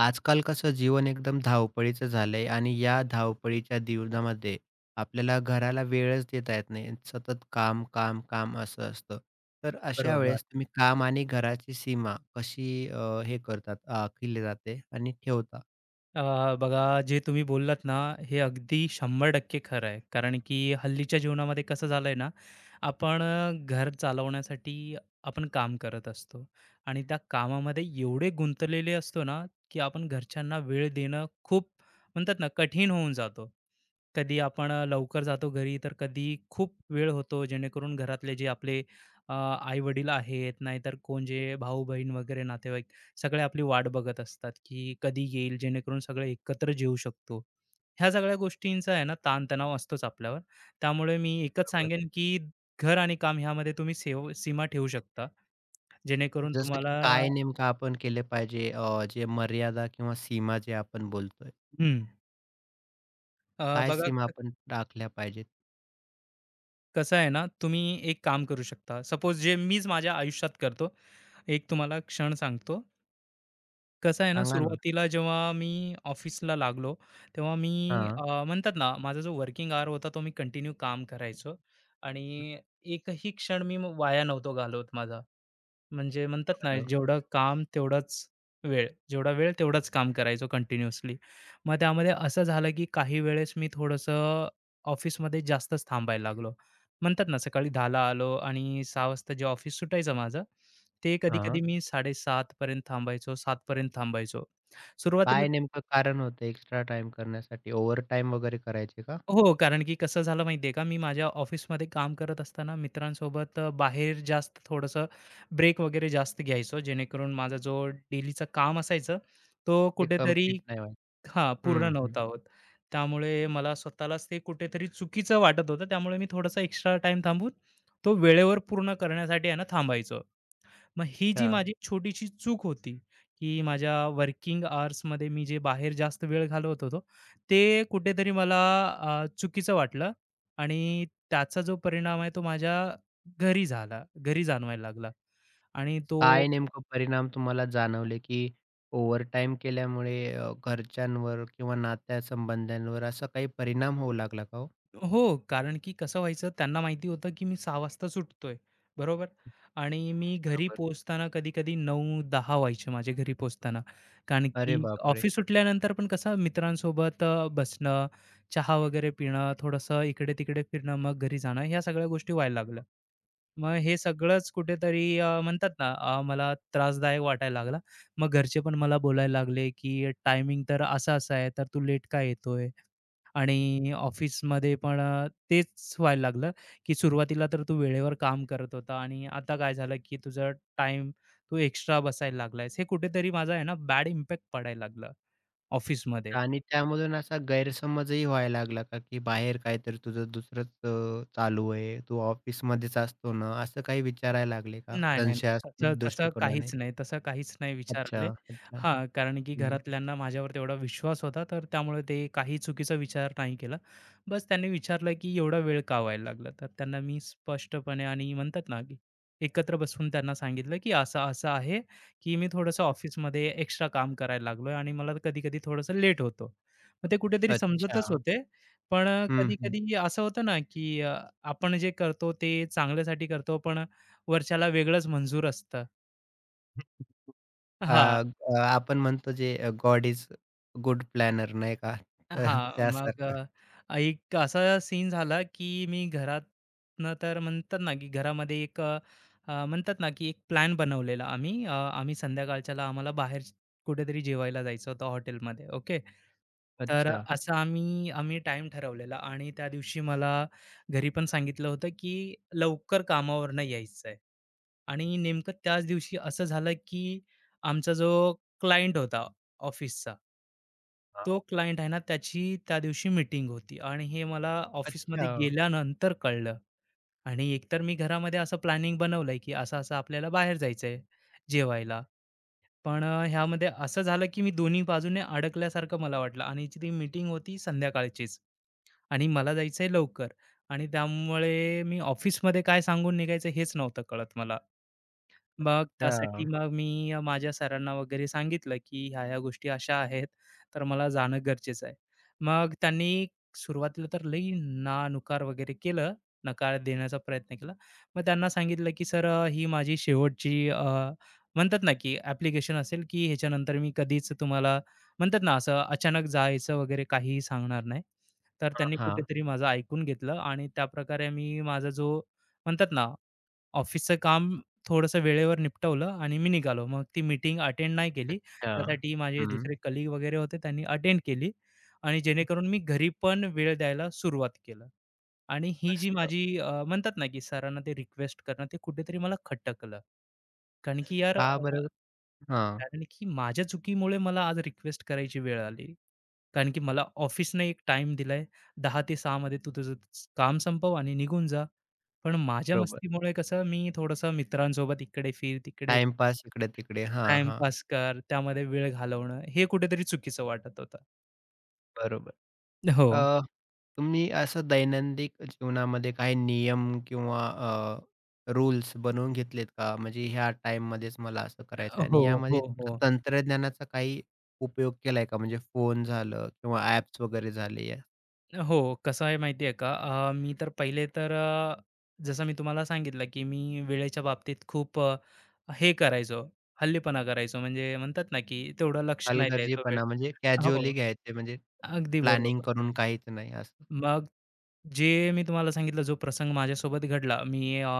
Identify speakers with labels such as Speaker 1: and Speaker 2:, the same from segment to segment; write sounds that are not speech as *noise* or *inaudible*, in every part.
Speaker 1: आजकाल कसं जीवन एकदम धावपळीचं झालंय आणि या धावपळीच्या जीवनामध्ये आपल्याला घराला वेळच देता येत नाही. सतत काम, काम, काम असं असतं. तर अशा
Speaker 2: बरोबर.
Speaker 1: वेळेस तुम्ही काम आणि घराची सीमा कशी हे करतात आखली जाते आणि ठेवता?
Speaker 2: अ, बघा जे तुम्ही बोललात ना, हे अगदी 100% खरं आहे. कारण की हल्लीच्या जीवनामध्ये कसं झालंय ना, आपण घर चालवण्यासाठी आपण काम करत असतो आणि त्या कामामध्ये एवढे गुंतलेले असतो ना, की आपण घरच्यांना वेळ देणं खूप म्हणतात ना, कठीण होऊन जातो. कधी आपण लवकर जातो घरी, तर कधी खूप वेळ होतो, जेणेकरून घरातले जे आपले आई-वडील आहेत, नाहीतर कोण जे भाऊ-बहीण वगैरे नातेवाईक सगळे आपली वाट बघत असतात, की कधी येईल जेणेकरून सगळे एकत्र जेवू शकतो. ह्या सगळ्या गोष्टींचा आहे ना ताणतणाव असतोच आपल्यावर. त्यामुळे मी एकच
Speaker 1: बरोबर.
Speaker 2: सांगेन, की घर आणि काम ह्यामध्ये तुम्ही सेव सीमा ठेवू शकता. जेणेकरून
Speaker 1: जसं की
Speaker 2: तुम्हाला
Speaker 1: काय नेमकं आपण केले पाहिजे जे मर्यादा किंवा सीमा जे आपण बोलतोय.
Speaker 2: हं,
Speaker 1: काय
Speaker 2: बघा
Speaker 1: सीमा आपण राखल्या पाहिजेत?
Speaker 2: कसं आहे ना, तुम्ही एक काम करू शकता. सपोज जे मीच माझ्या आयुष्यात करतो, एक तुम्हाला क्षण सांगतो. कसं आहे ना,
Speaker 1: सांगा ना?
Speaker 2: सुरुवातीला जेव्हा मी ऑफिसला लागलो, तेव्हा मी
Speaker 1: हां.
Speaker 2: म्हणतात ना, माझा जो वर्किंग आवर होता, तो मी कंटिन्यू काम करायचो आणि एकही क्षण मी वाया नव्हतो घालवत माझा. म्हणजे म्हणतात ना,
Speaker 1: बरं.
Speaker 2: जेवढं काम तेवढाच वेळ. जेवढा वेळ तेवढाच काम करायचो कंटिन्युअसली. मग त्यामध्ये असं झालं, की काही वेळेस मी थोडंसं ऑफिसमध्ये जास्तच थांबायला लागलो. म्हणतात ना, सकाळी 10:00 आलो आणि 6:00 वाजता जे ऑफिस सुटायचं माझं, ते कधी-कधी
Speaker 1: हां.
Speaker 2: मी 7:30 पर्यंत थांबायचो, 7:00 पर्यंत थांबायचो. सुरुवातीला
Speaker 1: काय नेमकं कारण होतं एक्स्ट्रा टाइम करण्यासाठी? ओव्हरटाईम वगैरे करायचे का?
Speaker 2: हो, कारण की कसं झालं माहिती आहे का, मी माझ्या ऑफिसमध्ये काम करत असताना मित्रांसोबत बाहेर जास्त थोडंसं ब्रेक वगैरे जास्त घ्यायचो, जेणेकरून माझा जो डेलीचं काम असायचं, तो
Speaker 1: ते
Speaker 2: कुठेतरी
Speaker 1: कंप्लीट नाही व्हायचं.
Speaker 2: हां,
Speaker 1: हं,
Speaker 2: पूर्ण
Speaker 1: हं.
Speaker 2: नव्हता होत. त्यामुळे मला स्वतःलाच ते कुठेतरी चुकीचं वाटत होतं. त्यामुळे मी थोडासा एक्स्ट्रा टाईम थांबून, तो वेळेवर पूर्ण करण्यासाठी आहे ना थांबायचो. मग ही जी
Speaker 1: अच्छा.
Speaker 2: माझी छोटीशी चूक होती, की माझ्या वर्किंग अवर्समध्ये मी जे बाहेर जास्त वेळ घालवत होतो, ते कुठेतरी मला चुकीचं वाटलं आणि त्याचा जो परिणाम आहे तो माझ्या घरी झाला, घरी जाणवायला लागला आणि तो
Speaker 1: काय नेमकं परिणाम तुम्हाला जाणवले, की ओव्हरटाईम केल्यामुळे घरच्यांवर किंवा नात्यासंबंधांवर असा काही परिणाम होऊ लागला का हो?
Speaker 2: हो, कारण की कसं व्हायचं त्यांना माहिती होतं, की मी 6:00 वाजता सुटतोय, बरोबर? आणि मी घरी
Speaker 1: बरोबर.
Speaker 2: पोहोचताना कधी-कधी 9:00-10:00 व्हायचे माझे घरी पोहोचताना. कारण की
Speaker 1: अरे बापरे!
Speaker 2: ऑफिस सुटल्यानंतर पण कसं मित्रांसोबत बसणं, चहा वगैरे पिणं, थोडंसं इकडे-तिकडे फिरणं, मग घरी जाणं, ह्या सगळ्या गोष्टी व्हायला लागल्या. मग हे सगळंच कुठेतरी म्हणतात ना, मला त्रासदायक वाटायला लागला. मग घरचे पण मला बोलायला लागले, की "टायमिंग तर असा-असा आहे, तर तू लेट का येतोय?" आणि ऑफिसमध्ये पण तेच व्हायला लागलं, की सुरुवातीला तर तू वेळेवर काम करत होता आणि आता काय झालं, की तुझा टाइम तू एक्स्ट्रा बसायला लागलायस. हे कुठेतरी माझा आहे ना बॅड इम्पॅक्ट पडायला लागला ऑफिसमध्ये.
Speaker 1: आणि त्यामधून असा गैरसमजही व्हायला लागला का, की बाहेर काहीतरी तुझं दुसरंच चालू आहे, तू ऑफिसमध्येच असतो ना, असं काही विचारायला लागले का
Speaker 2: नाही, नाही, नाही. तसं
Speaker 1: संशयास्पद
Speaker 2: तसं
Speaker 1: दृष्टिकोनाने?
Speaker 2: काहीच नाही, तसं काहीच नाही विचार
Speaker 1: अच्छा,
Speaker 2: आले.
Speaker 1: अच्छा.
Speaker 2: हां, कारण की
Speaker 1: हं.
Speaker 2: घरातल्यांना माझ्यावर तेवढा विश्वास होता, तर त्यामुळे ते काही चुकीचा विचार नाही केला. बस त्यांनी विचारलं, की "एवढा वेळ का व्हायला लागला?" तर त्यांना मी स्पष्टपणे आणि म्हणतात ना, की एकत्र बसून त्यांना सांगितलं, की असं-असं आहे, की मी थोडंसं ऑफिसमध्ये एक्स्ट्रा काम करायला लागलोय आणि मला कधी-कधी थोडंसं लेट होतो. मग ते कुठेतरी
Speaker 1: अच्छा.
Speaker 2: समजतच होते. पण
Speaker 1: हं, हं.
Speaker 2: कधी-कधी असं होतं ना, की आपण जे करतो ते चांगल्यासाठी करतो, पण वर्षाला वेगळंच मंजूर असतं.
Speaker 1: अ,
Speaker 2: हां,
Speaker 1: अ, आपण म्हणतो जे गॉड इज गुड प्लॅनर नाही का? तर
Speaker 2: हां, मग
Speaker 1: त्यासारखं.
Speaker 2: एक असा सीन झाला, की मी घरातनं तर म्हणतात ना, की घरामध्ये एक म्हणतात ना, की एक प्लॅन बनवलेला आम्ही. आम्ही संध्याकाळच्याला आम्हाला बाहेर कुठेतरी जेवायला जायचं होतं हॉटेलमध्ये, ओके. तर
Speaker 1: अच्छा.
Speaker 2: असं आम्ही आम्ही टाईम ठरवलेला आणि त्या दिवशी मला घरी पण सांगितलं होतं, की लवकर कामावरनं यायचंय. आणि नेमकं त्याच दिवशी असं झालं, की आमचा जो क्लायंट होता ऑफिसचा
Speaker 1: हां.
Speaker 2: तो क्लायंट आहे ना, त्याची त्या दिवशी मीटिंग होती आणि हे मला
Speaker 1: अच्छा.
Speaker 2: ऑफिसमध्ये गेल्यानंतर कळलं आणि एकतर मी घरामध्ये असं प्लॅनिंग बनवलंय, की असं-असं आपल्याला बाहेर जायचंय जेवायला. पण ह्यामध्ये असं झालं, की मी दोन्ही बाजूने अडकल्यासारखं मला वाटलं आणि जी ती मीटिंग होती संध्याकाळचीच आणि मला जायचंय लवकर आणि त्यामुळे मी ऑफिसमध्ये काय सांगून निघायचं हेच नव्हतं कळत मला. मग त्यासाठी
Speaker 1: अच्छा.
Speaker 2: मग मी माझ्या सरांना वगैरे सांगितलं, की ह्या-ह्या गोष्टी अशा आहेत, तर मला जाणं गरजेचं आहे. मग त्यांनी सुरुवातीला तर लई ना नुकार वगैरे केलं, नकार देण्याचा प्रयत्न केला. मग त्यांना सांगितलं, की "सर ही माझी शेवटची म्हणतात ना, की ॲप्लिकेशन असेल, की ह्याच्यानंतर मी कधीच तुम्हाला म्हणतात ना, असं अचानक जायचं वगैरे काहीही सांगणार नाही." तर
Speaker 1: हां,
Speaker 2: त्यांनी
Speaker 1: हां.
Speaker 2: कुठेतरी माझं ऐकून घेतलं आणि त्याप्रकारे मी माझा जो म्हणतात ना ऑफिसचं काम थोडंसं वेळेवर निपटवलं आणि मी निघालो. मग ती मीटिंग अटेंड नाही केली.
Speaker 1: अच्छा.
Speaker 2: त्यासाठी माझे
Speaker 1: हं.
Speaker 2: दुसरे कलीग वगैरे होते त्यांनी अटेंड केली आणि जेणेकरून मी घरी पण वेळ द्यायला सुरुवात केलं आणि ही जी
Speaker 1: मस्त.
Speaker 2: माझी म्हणतात ना, की सरांना ते रिक्वेस्ट करणं ते कुठेतरी मला खटकलं. कारण की यार
Speaker 1: का बरं? हां.
Speaker 2: कारण की माझ्या चुकीमुळे मला आज रिक्वेस्ट करायची वेळ आली. कारण की मला ऑफिसने एक टाइम दिलाय 10:00 ते 6:00 मध्ये तू तुझं काम संपव आणि निघून जा. पण माझ्या
Speaker 1: बरोबर.
Speaker 2: मस्तीमुळे कसं मी थोडंसं मित्रांसोबत इकडे फिर, तिकडे
Speaker 1: टाईमपास इकडे-तिकडे. हां, हां.
Speaker 2: टाईमपास कर, त्यामध्ये वेळ घालवणं हे कुठेतरी चुकीचं वाटत होतं.
Speaker 1: बरोबर.
Speaker 2: हो.
Speaker 1: अ, तुम्ही असं दैनंदिन जीवनामध्ये काही नियम किंवा रूल्स बनवून घेतलेत का? म्हणजे ह्या टाईममध्येच मला असं करायचं
Speaker 2: हो,
Speaker 1: आणि
Speaker 2: हो,
Speaker 1: यामध्ये तुमचं
Speaker 2: हो.
Speaker 1: तंत्रज्ञानाचा काही उपयोग केलाय का? म्हणजे फोन झालं किंवा ॲप्स वगैरे झाले. या
Speaker 2: हो, कसं आहे माहिती आहे का? मी तर पहिले तर जसं मी तुम्हाला सांगितलं, की मी वेळेच्या बाबतीत खूप हे करायचो, हल्लीपणा करायचो. म्हणजे म्हणतात ना, की तेवढं लक्ष नाही द्यायचो वेळ
Speaker 1: हलगर्जीपणा म्हणजे
Speaker 2: हो,
Speaker 1: कॅज्युअली घ्यायचे म्हणजे
Speaker 2: अगदी
Speaker 1: प्लॅनिंग
Speaker 2: बरोबर.
Speaker 1: करून काहीच नाही असं?
Speaker 2: मग जे मी तुम्हाला सांगितलं जो प्रसंग माझ्यासोबत घडला, मी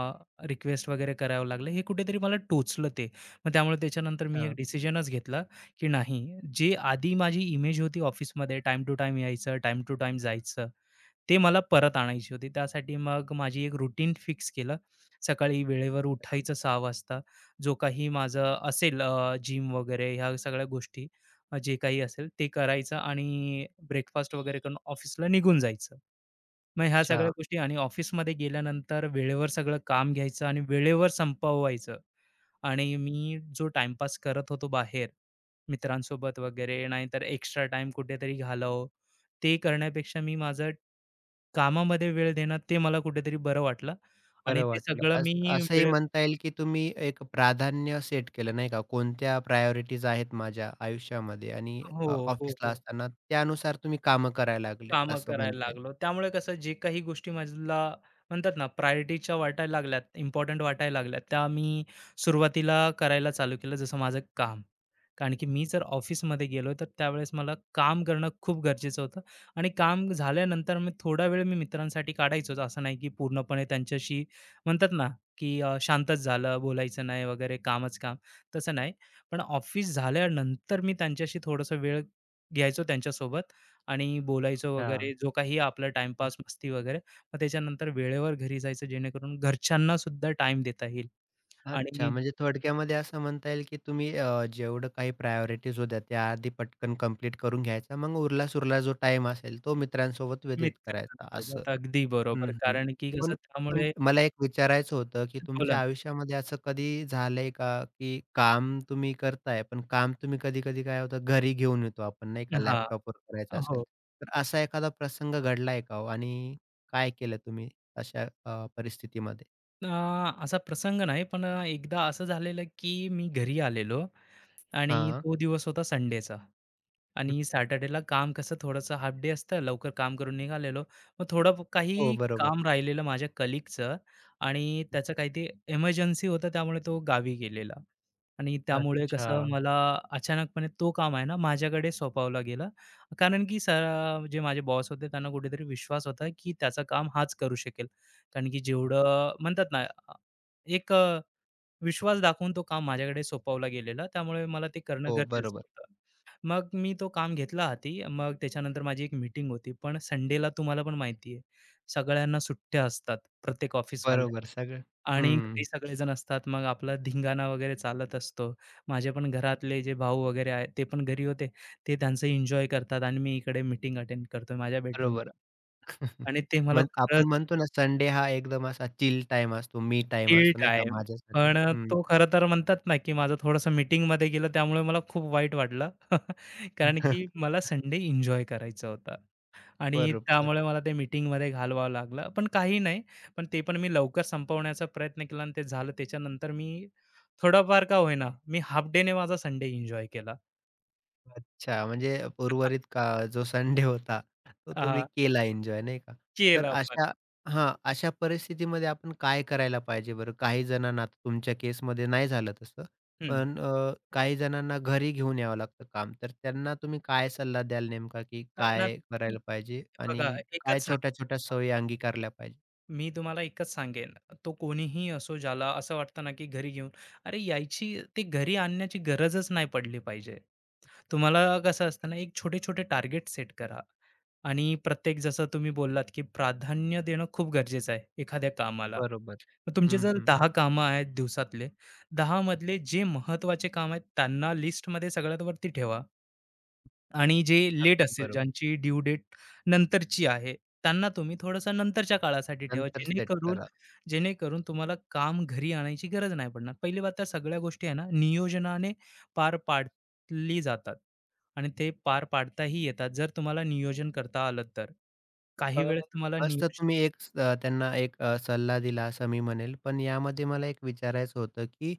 Speaker 2: रिक्वेस्ट वगैरे करावं लागलं. हे कुठेतरी मला टोचलं ते. मग त्यामुळे त्याच्यानंतर मी एक डिसिजनच घेतला, की नाही जे आधी माझी इमेज होती ऑफिसमध्ये टाईम टू टाईम यायचं, टाईम टू टाईम जायचं, ते मला परत आणायची होती. त्यासाठी मग माझी एक रुटीन फिक्स केलं. सकाळी वेळेवर उठायचं 6:00 वाजता. जो काही माझं असेल जिम वगैरे ह्या सगळ्या गोष्टी, जे काही असेल ते करायचं आणि ब्रेकफास्ट वगैरे करून ऑफिसला निघून जायचं. मग ह्या सगळ्या
Speaker 1: अच्छा.
Speaker 2: गोष्टी आणि ऑफिसमध्ये गेल्यानंतर वेळेवर सगळं काम घ्यायचं आणि वेळेवर संपवायचं आणि मी जो टाइमपास करत होतो बाहेर मित्रांसोबत वगैरे नाहीतर एक्स्ट्रा टाइम कुठेतरी ते करण्यापेक्षा मी माझं कामामध्ये वेळ देणं ते मला कुठेतरी बरं वाटलं आणि
Speaker 1: बरं
Speaker 2: ते
Speaker 1: वाटलं.
Speaker 2: सगळं
Speaker 1: अस
Speaker 2: मी
Speaker 1: असंही
Speaker 2: वेळ
Speaker 1: म्हणता येईल, की तुम्ही एक प्राधान्य सेट केलं नाही का? कोणत्या प्रायोरिटीज आहेत माझ्या आयुष्यामध्ये आणि
Speaker 2: हो, हो,
Speaker 1: ऑफिसला
Speaker 2: हो.
Speaker 1: असताना त्यानुसार तुम्ही कामं करायला लागले
Speaker 2: कामं
Speaker 1: असं
Speaker 2: करायला
Speaker 1: म्हणता येईल.
Speaker 2: लागलो. त्यामुळे कसं जे काही गोष्टी मला म्हणतात ना, प्रायोरिटीच्या वाटायला लागल्यात, इम्पोर्टंट वाटायला लागल्यात, त्या मी सुरुवातीला करायला चालू केलं, जसं माझं काम. कारण की मी जर ऑफिसमध्ये गेलो, तर त्यावेळेस मला काम करणं खूप गरजेचं होतं आणि काम झाल्यानंतर मी थोडा वेळ मी मित्रांसाठी काढायचोच. असं नाही की पूर्णपणे त्यांच्याशी म्हणतात ना, की शांतच झालं, बोलायचं नाही वगैरे, कामच काम, तसं नाही. पण ऑफिस झाल्यानंतर मी त्यांच्याशी थोडासा वेळ घ्यायचो त्यांच्यासोबत. आणि बोलायचं
Speaker 1: हां.
Speaker 2: वगैरे, जो काही आपला टाईमपास, मस्ती वगैरे. मग त्याच्यानंतर वेळेवर घरी जायचं जेणेकरून घरच्यांना सुद्धा टाइम देता येईल
Speaker 1: अच्छा,
Speaker 2: आणि
Speaker 1: म्हणजे थोडक्यामध्ये असं म्हणता येईल, की तुम्ही जेवढं काही प्रायोरिटीज होत्या त्या आधी पटकन कंप्लीट करून घ्यायचा. मग उरला-सुरला जो टाईम असेल तो मित्रांसोबत व्यतीत करायचा असं.
Speaker 2: मित्रांसोबत. अगदी
Speaker 1: हं,
Speaker 2: बरोबर.
Speaker 1: हं.
Speaker 2: कारण की
Speaker 1: पण
Speaker 2: कसं
Speaker 1: तुम
Speaker 2: त्यामुळे
Speaker 1: मला एक विचारायचं होतं, की
Speaker 2: बोला
Speaker 1: तुमच्या आयुष्यामध्ये असं कधी झालंय का, की काम तुम्ही करताय, पण काम तुम्ही कधी-कधी काय होतं घरी घेऊन येतो आपण नाही का,
Speaker 2: ना.
Speaker 1: लॅपटॉपवर करायचं
Speaker 2: हां,
Speaker 1: असेल.
Speaker 2: हो.
Speaker 1: तर असा एखादा प्रसंग घडलाय का हो? आणि काय केलं तुम्ही अशा परिस्थितीमध्ये?
Speaker 2: अ, असा प्रसंग नाही, पण एकदा असं झालेलं की मी घरी आलेलो आणि
Speaker 1: हां.
Speaker 2: तो दिवस होता संडेचा.
Speaker 1: हं.
Speaker 2: आणि सॅटर्डेला काम कसं थोडंसं हाल्फ डे असतं, लवकर काम करून निघालेलो. मग थोडं
Speaker 1: हो,
Speaker 2: काही
Speaker 1: बरोबर.
Speaker 2: काम राहिलेलं माझ्या कलीगचं आणि त्याचं काही ते इमर्जन्सी होतं, त्यामुळे तो गावी गेलेला आणि त्यामुळे
Speaker 1: अच्छा.
Speaker 2: कसं मला अचानकपणे तो काम आहे ना, माझ्याकडे सोपवला गेला. कारण की सर जे माझे बॉस होते, त्यांना कुठेतरी विश्वास होता, की त्याचं काम हाच करू शकेल. कारण की जेवढं म्हणतात ना, अ, एक विश्वास दाखवून तो काम माझ्याकडे सोपवला गेलेला. त्यामुळे मला ते करणं
Speaker 1: हो,
Speaker 2: गरजेचं
Speaker 1: बरोबर.
Speaker 2: होतं. मग मी तो काम घेतला हाती. मग त्याच्यानंतर माझी एक मीटिंग होती. पण संडेला तुम्हाला पण माहिती आहे, सगळ्यांना सुट्ट्या असतात प्रत्येक ऑफिसवाल्या
Speaker 1: बरोबर. सगळं
Speaker 2: आणि
Speaker 1: हं,
Speaker 2: घरी सगळेजण असतात. मग आपला धिंगाणा वगैरे चालत असतो. माझे पण घरातले जे भाऊ वगैरे आहेत, ते पण घरी होते. ते त्यांचं एन्जॉय करतात आणि मी इकडे मीटिंग अटेंड करतोय माझ्या बेडरूम
Speaker 1: बरोबर.
Speaker 2: आणि ते मला
Speaker 1: मग आपण
Speaker 2: खरंच
Speaker 1: म्हणतो ना, संडे हा एकदम असा चिल टाईम असतो, मी टाईम असतो
Speaker 2: गिल्ट
Speaker 1: नाही का
Speaker 2: आहे.
Speaker 1: माझ्यासाठी.
Speaker 2: पण
Speaker 1: हं.
Speaker 2: तो खरं तर म्हणतात ना, की माझं थोडंसं मीटिंगमध्ये गेलं त्यामुळे मला खूप वाईट वाटलं. *laughs* कारण की
Speaker 1: *laughs*
Speaker 2: मला संडे एन्जॉय करायचा होता. आणि
Speaker 1: बरोबर.
Speaker 2: त्यामुळे मला ते मीटिंगमध्ये घालवावं लागलं. पण काही नाही, पण ते पण मी लवकर संपवण्याचा प्रयत्न केला आणि ते झालं. त्याच्यानंतर मी थोडाफार का होईना, मी हाल्फ डेने माझा संडे एन्जॉय केला.
Speaker 1: अच्छा, म्हणजे
Speaker 2: *laughs*
Speaker 1: उर्वरित का जो संडे होता, तो तुम्ही
Speaker 2: हां,
Speaker 1: केला एन्जॉय नाही का? तर
Speaker 2: केला पण.
Speaker 1: अशा हां, अशा परिस्थितीमध्ये आपण काय करायला पाहिजे बरं? काही जणांना आता तुमच्या केसमध्ये नाही झालं तसं,
Speaker 2: हं.
Speaker 1: पण काही जणांना घरी घेऊन यावं लागतं काम. तर त्यांना तुम्ही काय सल्ला द्याल नेमका, की
Speaker 2: त्यांना
Speaker 1: काय
Speaker 2: मी
Speaker 1: करायला पाहिजे
Speaker 2: बघा
Speaker 1: आणि काय
Speaker 2: एकच सांगतो.
Speaker 1: छोट्या-छोट्या सवयी अंगीकारल्या पाहिजे?
Speaker 2: मी तुम्हाला एकच सांगेन, तो कोणीही असो ज्याला असं वाटतं ना, की घरी घेऊन अरे यायची ते घरी आणण्याची गरजच नाही पडली पाहिजे. तुम्हाला कसं असतं ना, एक छोटे-छोटे टार्गेट सेट करा आणि प्रत्येक जसं तुम्ही बोललात, की प्राधान्य देणं खूप गरजेचं आहे एखाद्या कामाला.
Speaker 1: बरोबर.
Speaker 2: मग तुमचे
Speaker 1: हं,
Speaker 2: जर
Speaker 1: हं.
Speaker 2: 10 कामं आहेत दिवसातले, 10 मधले जे महत्त्वाचे काम आहेत त्यांना लिस्टमध्ये सगळ्यात वरती ठेवा. आणि जे लेट
Speaker 1: अगदी
Speaker 2: असेल,
Speaker 1: बरोबर.
Speaker 2: ज्यांची ड्यू डेट नंतरची आहे, त्यांना तुम्ही थोडंसं नंतरच्या काळासाठी ठेवा.
Speaker 1: नंतर सेट
Speaker 2: जेणेकरून
Speaker 1: करा.
Speaker 2: जेणेकरून तुम्हाला काम घरी आणायची गरज नाही पडणार. पहिली बात त्या सगळ्या गोष्टी आहे ना, नियोजनाने पार पाडली जातात आणि ते पार पाडताही येतात, जर तुम्हाला नियोजन करता आलं तर. काही
Speaker 1: अ,
Speaker 2: वेळेस तुम्हाला
Speaker 1: मस्त तुम्ही एक त्यांना एक सल्ला दिला असं मी म्हणेल. पण यामध्ये मला एक विचारायचं होतं, की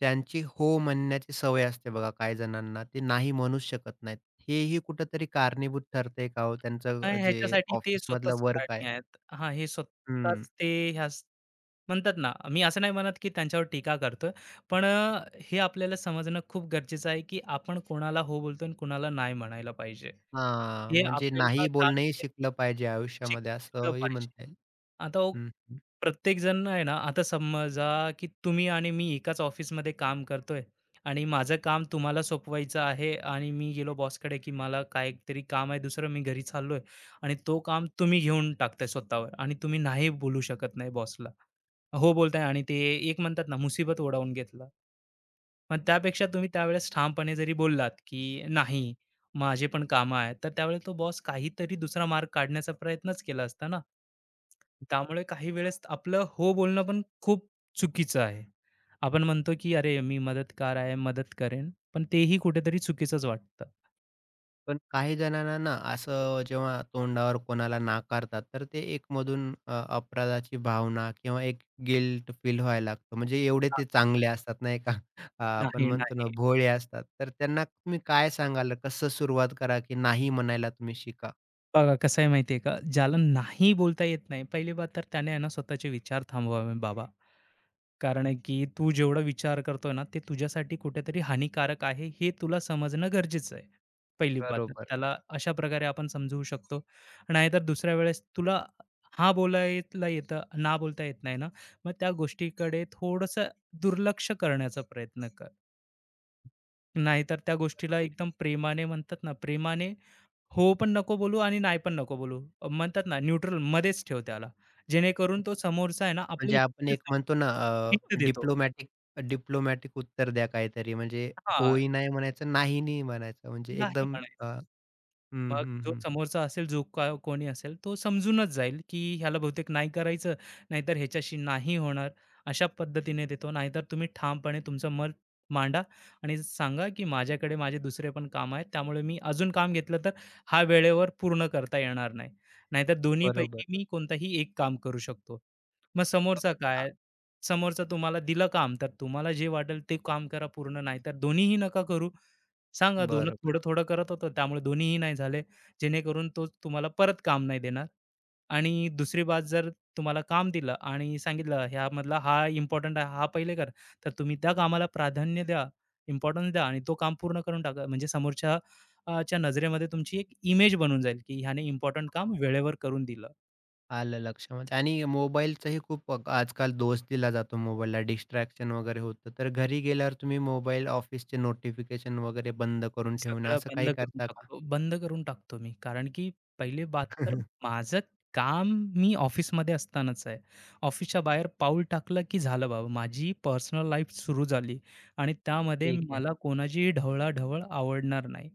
Speaker 1: त्यांची हो म्हणण्याची सवय असते बघा काही जणांना. ते नाही म्हणूच शकत नाहीत. हेही कुठेतरी कारणीभूत ठरतंय का हो त्यांचं
Speaker 2: हां,
Speaker 1: जे
Speaker 2: ह्याच्यासाठी ते स्वतःच
Speaker 1: ऑफिसमधलं वर्क
Speaker 2: काळजी
Speaker 1: आहे?
Speaker 2: आहेत. हां, हे
Speaker 1: हं.
Speaker 2: स्वतःच ते ह्याच म्हणतात ना, मी असं नाही म्हणत की त्यांच्यावर टीका करतोय. पण हे आपल्याला समजणं खूप गरजेचं आहे की आपण कोणाला हो बोलतो आणि कोणाला नाही म्हणायला पाहिजे.
Speaker 1: हां,
Speaker 2: हे
Speaker 1: म्हणजे
Speaker 2: आपल्याला
Speaker 1: नाही
Speaker 2: जाणून
Speaker 1: बोलणंही
Speaker 2: घे
Speaker 1: शिकलं पाहिजे आयुष्यामध्ये
Speaker 2: शिकलं
Speaker 1: असंही
Speaker 2: पाहिजे.
Speaker 1: म्हणता येईल.
Speaker 2: आता
Speaker 1: हं.
Speaker 2: प्रत्येकजण आहे ना, आता समजा की तुम्ही आणि मी एकाच ऑफिसमध्ये काम करतोय आणि माझं काम तुम्हाला सोपवायचं आहे आणि मी गेलो बॉसकडे की मला काहीतरी काम आहे दुसरं, मी घरी चाललोय आणि तो काम तुम्ही घेऊन टाकताय स्वतःवर आणि तुम्ही नाही बोलू शकत नाही बॉसला. हो बोलताय आणि ते एक म्हणतात ना, मुसीबत ओढावून घेतला. मग त्यापेक्षा तुम्ही त्यावेळेस ठामपणे जरी बोललात, की "नाही, माझे पण कामं आहेत." तर त्यावेळेस तो बॉस काहीतरी दुसरा मार्ग काढण्याचा प्रयत्नच केला असता ना. त्यामुळे काही वेळेस आपलं हो बोलणं पण खूप चुकीचं आहे. आपण म्हणतो, की "अरे, मी मदतगार आहे, मदत करेन." पण तेही कुठेतरी चुकीचंच वाटतं.
Speaker 1: पण काही जणांना ना असं जेव्हा तोंडावर कोणाला नाकारतात, तर ते एक मधून अपराधाची भावना किंवा एक गिल्ट फील व्हायला लागतं. म्हणजे एवढे
Speaker 2: हां.
Speaker 1: ते चांगले असतात नाही का? *laughs* आपण
Speaker 2: नाही,
Speaker 1: म्हणतो ना
Speaker 2: नाही.
Speaker 1: भोळे असतात. तर त्यांना तुम्ही काय सांगाल? कसं सुरुवात करा, की नाही म्हणायला तुम्ही शिका?
Speaker 2: बघा कसं आहे माहिती आहे का, ज्याला नाही बोलता येत नाही, पहिली बात तर त्याने आहे ना स्वतःचे विचार थांबवावे बाबा. कारण आहे की तू जेवढा विचार करतोय ना, ते तुझ्यासाठी कुठेतरी हानिकारक आहे, हे तुला समजणं गरजेचं आहे. पहिली बात
Speaker 1: बरोबर आहे,
Speaker 2: त्याला अशा प्रकारे आपण समजवू शकतो. नाहीतर दुसऱ्या वेळेस तुला हा बोलायला येतं, ना बोलता येत नाही ना, मग त्या गोष्टीकडे थोडंसं दुर्लक्ष करण्याचा प्रयत्न कर. नाहीतर त्या गोष्टीला
Speaker 1: बरोबर.
Speaker 2: एकदम प्रेमाने म्हणतात ना, प्रेमाने हो पण नको बोलू आणि नाही पण नको बोलू. म्हणतात ना, न्यूट्रल मध्येच ठेव त्याला. जेणेकरून तो समोरचा आहे ना, आपली
Speaker 1: म्हणजे आपण एक म्हणतो ना
Speaker 2: हित देतो.
Speaker 1: डिप्लोमॅटिक डिप्लोमॅटिक उत्तर द्या काहीतरी. म्हणजे
Speaker 2: हां.
Speaker 1: होही नाही म्हणायचं, नाही नाही म्हणायचं. म्हणजे
Speaker 2: नाही
Speaker 1: एकदम
Speaker 2: म्हणायचं.
Speaker 1: अ, हं,
Speaker 2: मग
Speaker 1: हं,
Speaker 2: जो
Speaker 1: हं.
Speaker 2: समोरचा असेल, जो का कोणी असेल, तो समजूनच जाईल, की ह्याला बहुतेक नाही करायचं, नाहीतर ह्याच्याशी नाही होणार. अशा पद्धतीने देतो. नाहीतर तुम्ही ठामपणे तुमचं मत मांडा आणि सांगा, की माझ्याकडे माझे दुसरे पण काम आहेत. त्यामुळे मी अजून काम घेतलं तर हा वेळेवर पूर्ण करता येणार नाही. नाहीतर दोन्हीपैकी
Speaker 1: बरोबर.
Speaker 2: मी कोणताही एक काम करू शकतो. मग
Speaker 1: अ,
Speaker 2: समोरचा काय? समोरचा तुम्हाला दिलं काम, तर तुम्हाला जे वाटेल ते काम करा पूर्ण, नाहीतर दोन्हीही नका करू. सांगा दोन
Speaker 1: बरोबर.
Speaker 2: थोडं-थोडं करत होतो, त्यामुळे दोन्हीही नाही झाले, जेणेकरून तो तुम्हाला परत काम नाही देणार. आणि दुसरी बात जर तुम्हाला काम दिलं आणि सांगितलं ह्यामधला हा इम्पोर्टंट आहे, हा पहिले कर, तर तुम्ही त्या कामाला प्राधान्य द्या, इम्पोर्टन्स द्या आणि तो काम पूर्ण करून टाका. म्हणजे समोरच्या च्या नजरेमध्ये तुमची एक इमेज बनून जाईल, की ह्याने इम्पोर्टंट काम
Speaker 1: हां.
Speaker 2: वेळेवर करून दिलं.
Speaker 1: आलं लक्षामध्ये आणि मोबाईलचाही खूप आजकाल दोष दिला जातो मोबाईलला डिस्ट्रॅक्शन वगैरे होतं. तर घरी गेल्यावर तुम्ही मोबाईल, ऑफिसचे नोटिफिकेशन वगैरे बंद करून ठेवणं
Speaker 2: सगळं
Speaker 1: असं
Speaker 2: बंद
Speaker 1: काही
Speaker 2: करून
Speaker 1: करता का?
Speaker 2: टाकतो. बंद करून टाकतो मी. कारण की पहिली बात तर
Speaker 1: *laughs*
Speaker 2: माझं काम मी ऑफिसमध्ये असतानाच आहे. ऑफिसच्या बाहेर पाऊल टाकलं की झालं बाबा. माझी पर्सनल लाईफ सुरू झाली आणि त्यामध्ये
Speaker 1: ठीक आहे.
Speaker 2: मला कोणाचीही ढवळाढवळ आवडणार नाही.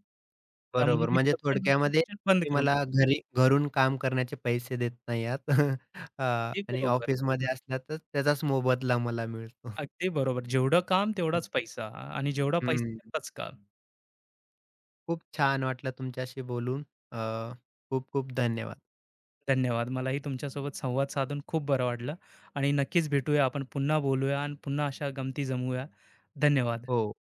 Speaker 2: त्यामुळे
Speaker 1: बरोबर.
Speaker 2: मी
Speaker 1: म्हणजे
Speaker 2: सगळं
Speaker 1: थोडक्यामध्ये
Speaker 2: नोटिफिकेशन बंद
Speaker 1: तुम्ही
Speaker 2: करून
Speaker 1: मला
Speaker 2: टाकतो.
Speaker 1: घरी घरून काम करण्याचे पैसे देत नाही आहात. *laughs* अ,
Speaker 2: अगदी
Speaker 1: आणि
Speaker 2: बरोबर,
Speaker 1: ऑफिसमध्ये असला तर त्याचाच मोबदला मला मिळतो.
Speaker 2: अगदी बरोबर. जेवढं काम तेवढाच पैसा आणि जेवढा पैसा
Speaker 1: हं.
Speaker 2: तेवढाच काम.
Speaker 1: खूप छान वाटलं तुमच्याशी बोलून. अ, खूप खूप धन्यवाद.
Speaker 2: धन्यवाद. मलाही तुमच्यासोबत संवाद साधून खूप बरं वाटलं आणि नक्कीच भेटूया आपण पुन्हा बोलूया आणि पुन्हा अशा गमती जमवूया. धन्यवाद.
Speaker 1: हो.